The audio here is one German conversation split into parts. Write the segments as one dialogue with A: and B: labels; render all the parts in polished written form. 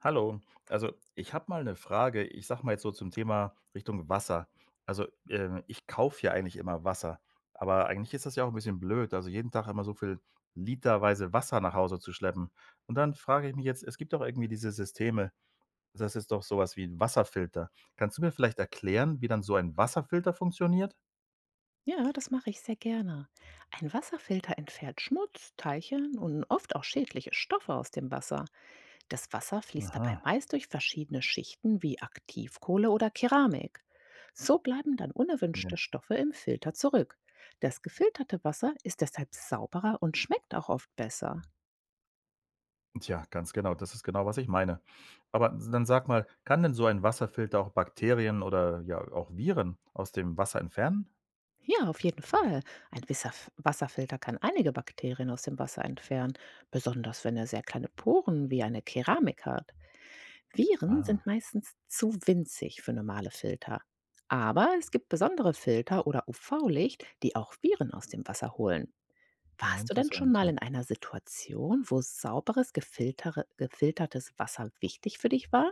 A: Hallo, also ich habe mal eine Frage, ich sage mal jetzt so zum Thema Richtung Wasser. Also, ich kaufe ja eigentlich immer Wasser, aber eigentlich ist das ja auch ein bisschen blöd, also jeden Tag immer so viel literweise Wasser nach Hause zu schleppen. Und dann frage ich mich jetzt, es gibt doch irgendwie diese Systeme, das ist doch sowas wie 'n Wasserfilter. Kannst du mir vielleicht erklären, wie dann so ein Wasserfilter funktioniert?
B: Ja, das mache ich sehr gerne. Ein Wasserfilter entfernt Schmutz, Teilchen und oft auch schädliche Stoffe aus dem Wasser. Das Wasser fließt dabei
A: Aha,
B: meist durch verschiedene Schichten wie Aktivkohle oder Keramik. So bleiben dann
A: ja.
B: unerwünschte Stoffe im Filter zurück. Das gefilterte Wasser ist deshalb sauberer und schmeckt auch oft besser.
A: Tja, ganz genau. Das ist genau, was ich meine. Aber dann sag mal, kann denn so ein Wasserfilter auch Bakterien oder ja auch Viren aus dem Wasser entfernen?
B: Ja, auf jeden Fall. Ein Wasserfilter kann einige Bakterien aus dem Wasser entfernen, besonders wenn er sehr kleine Poren wie eine Keramik hat. Viren sind
A: Ah,
B: meistens zu winzig für normale Filter. Aber es gibt besondere Filter oder UV-Licht, die auch Viren aus dem Wasser holen.
A: ja,
B: Warst du denn schon
A: interessant,
B: mal
A: ja.
B: in einer Situation, wo sauberes, gefiltertes Wasser wichtig für dich war?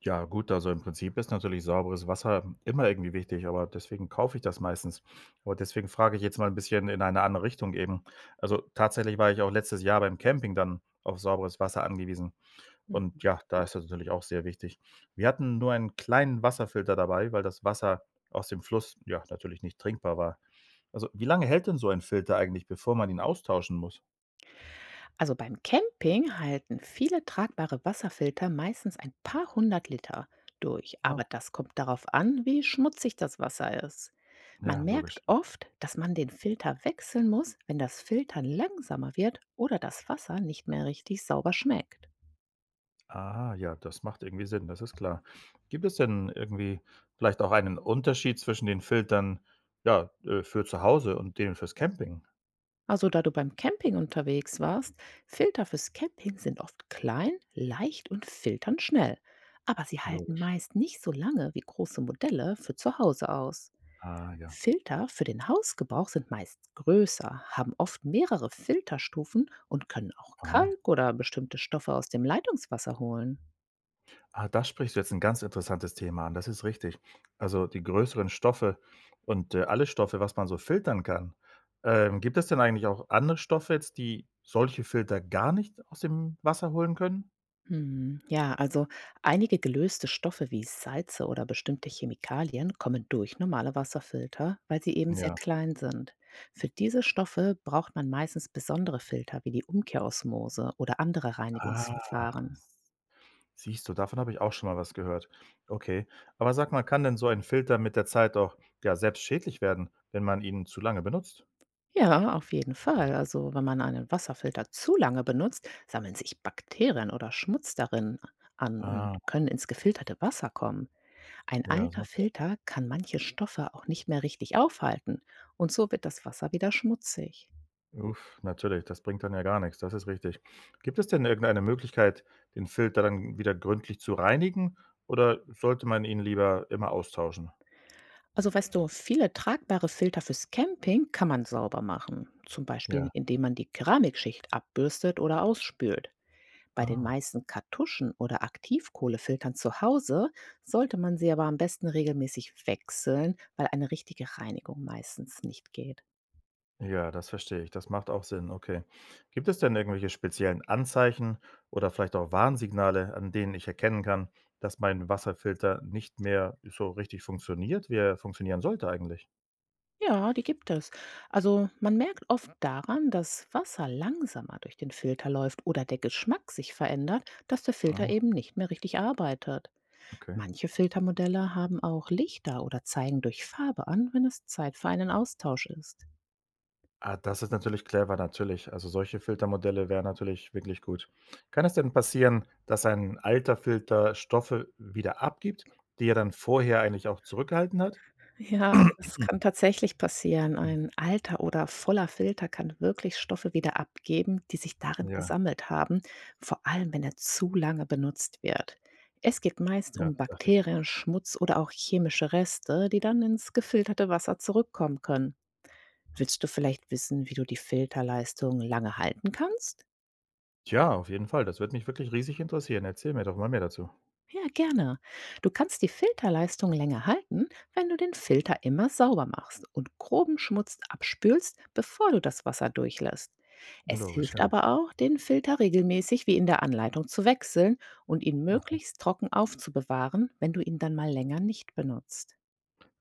A: Ja gut, also im Prinzip ist natürlich sauberes Wasser immer irgendwie wichtig, aber deswegen kaufe ich das meistens. Aber deswegen frage ich jetzt mal ein bisschen in eine andere Richtung eben. Also, tatsächlich war ich auch letztes Jahr beim Camping dann auf sauberes Wasser angewiesen. Und
B: Mhm.
A: ja, da ist das natürlich auch sehr wichtig. Wir hatten nur einen kleinen Wasserfilter dabei, weil das Wasser aus dem Fluss, ja, natürlich nicht trinkbar war. Also, wie lange hält denn so ein Filter eigentlich, bevor man ihn austauschen muss?
B: Also beim Camping halten viele tragbare Wasserfilter meistens ein paar hundert Liter durch,
A: Ah,
B: aber das kommt darauf an, wie schmutzig das Wasser ist. Man
A: ja,
B: merkt
A: logisch.
B: oft, dass man den Filter wechseln muss, wenn das Filtern langsamer wird oder das Wasser nicht mehr richtig sauber schmeckt.
A: Ah, ja, das macht irgendwie Sinn, das ist klar. Gibt es denn irgendwie vielleicht auch einen Unterschied zwischen den Filtern, ja, für zu Hause und denen fürs Camping?
B: Also da du beim Camping unterwegs warst, Filter fürs Camping sind oft klein, leicht und filtern schnell. Aber sie halten
A: Logisch.
B: meist nicht so lange wie große Modelle für zu Hause aus.
A: Ah, ja.
B: Filter für den Hausgebrauch sind meist größer, haben oft mehrere Filterstufen und können auch
A: Aha.
B: Kalk oder bestimmte Stoffe aus dem Leitungswasser holen.
A: Ah, da sprichst du jetzt ein ganz interessantes Thema an, das ist richtig. Also, die größeren Stoffe und, alle Stoffe, was man so filtern kann. Gibt es denn eigentlich auch andere Stoffe jetzt, die solche Filter gar nicht aus dem Wasser holen können?
B: Hm, ja, also einige gelöste Stoffe wie Salze oder bestimmte Chemikalien kommen durch normale Wasserfilter, weil sie eben sehr
A: Ja.
B: klein sind. Für diese Stoffe braucht man meistens besondere Filter wie die Umkehrosmose oder andere
A: Ah,
B: Reinigungsverfahren.
A: siehst du, davon habe ich auch schon mal was gehört. Okay. Aber sag mal, kann denn so ein Filter mit der Zeit auch, ja, selbst schädlich werden, wenn man ihn zu lange benutzt?
B: Ja, auf jeden Fall. Also, wenn man einen Wasserfilter zu lange benutzt, sammeln sich Bakterien oder Schmutz darin an und
A: Ah,
B: können ins gefilterte Wasser kommen. Ein
A: ja, das
B: alter
A: macht Sinn.
B: Filter kann manche Stoffe auch nicht mehr richtig aufhalten und so wird das Wasser wieder schmutzig.
A: Uff, natürlich, das bringt dann ja gar nichts. Das ist richtig. Gibt es denn irgendeine Möglichkeit, den Filter dann wieder gründlich zu reinigen oder sollte man ihn lieber immer austauschen?
B: Also weißt du, viele tragbare Filter fürs Camping kann man sauber machen, zum Beispiel
A: Ja.
B: indem man die Keramikschicht abbürstet oder ausspült. Bei den
A: Ah,
B: meisten Kartuschen oder Aktivkohlefiltern zu Hause sollte man sie aber am besten regelmäßig wechseln, weil eine richtige Reinigung meistens nicht geht.
A: ja, das verstehe ich. Das macht auch Sinn, okay. Gibt es denn irgendwelche speziellen Anzeichen oder vielleicht auch Warnsignale, an denen ich erkennen kann, dass mein Wasserfilter nicht mehr so richtig funktioniert, wie er funktionieren sollte eigentlich?
B: Ja, die gibt es. Also man merkt oft daran, dass Wasser langsamer durch den Filter läuft oder der Geschmack sich verändert, dass der
A: Ah,
B: Filter eben nicht mehr richtig arbeitet.
A: okay.
B: Manche Filtermodelle haben auch Lichter oder zeigen durch Farbe an, wenn es Zeit für einen Austausch ist.
A: Ah, das ist natürlich clever, natürlich. Also, solche Filtermodelle wären natürlich wirklich gut. Kann es denn passieren, dass ein alter Filter Stoffe wieder abgibt, die er dann vorher eigentlich auch zurückgehalten hat?
B: Ja, also das
A: Mhm,
B: kann tatsächlich passieren.
A: mhm.
B: Ein alter oder voller Filter kann wirklich Stoffe wieder abgeben, die sich darin
A: Ja,
B: gesammelt haben, vor allem wenn er zu lange benutzt wird. Es geht meist
A: ja,
B: um
A: das dachte ich mir.
B: Bakterien, Schmutz oder auch chemische Reste, die dann ins gefilterte Wasser zurückkommen können. Willst du vielleicht wissen, wie du die Filterleistung lange halten kannst?
A: Tja, auf jeden Fall. Das wird mich wirklich riesig interessieren. Erzähl mir doch mal mehr dazu.
B: Ja, gerne. Du kannst die Filterleistung länger halten, wenn du den Filter immer sauber machst und groben Schmutz abspülst, bevor du das Wasser durchlässt. Es
A: Logisch,
B: hilft
A: ja.
B: aber auch, den Filter regelmäßig wie in der Anleitung zu wechseln und ihn möglichst trocken aufzubewahren, wenn du ihn dann mal länger nicht benutzt.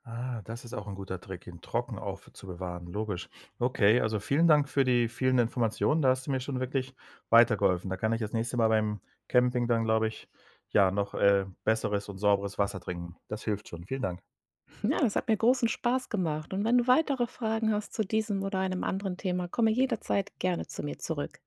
A: Ah, das ist auch ein guter Trick, ihn trocken aufzubewahren, logisch. Okay, also vielen Dank für die vielen Informationen. Da hast du mir schon wirklich weitergeholfen. Da kann ich das nächste Mal beim Camping dann, glaube ich, ja, noch, besseres und sauberes Wasser trinken. Das hilft schon. Vielen Dank.
B: Ja, das hat mir großen Spaß gemacht, und wenn du weitere Fragen hast zu diesem oder einem anderen Thema, komme jederzeit gerne zu mir zurück.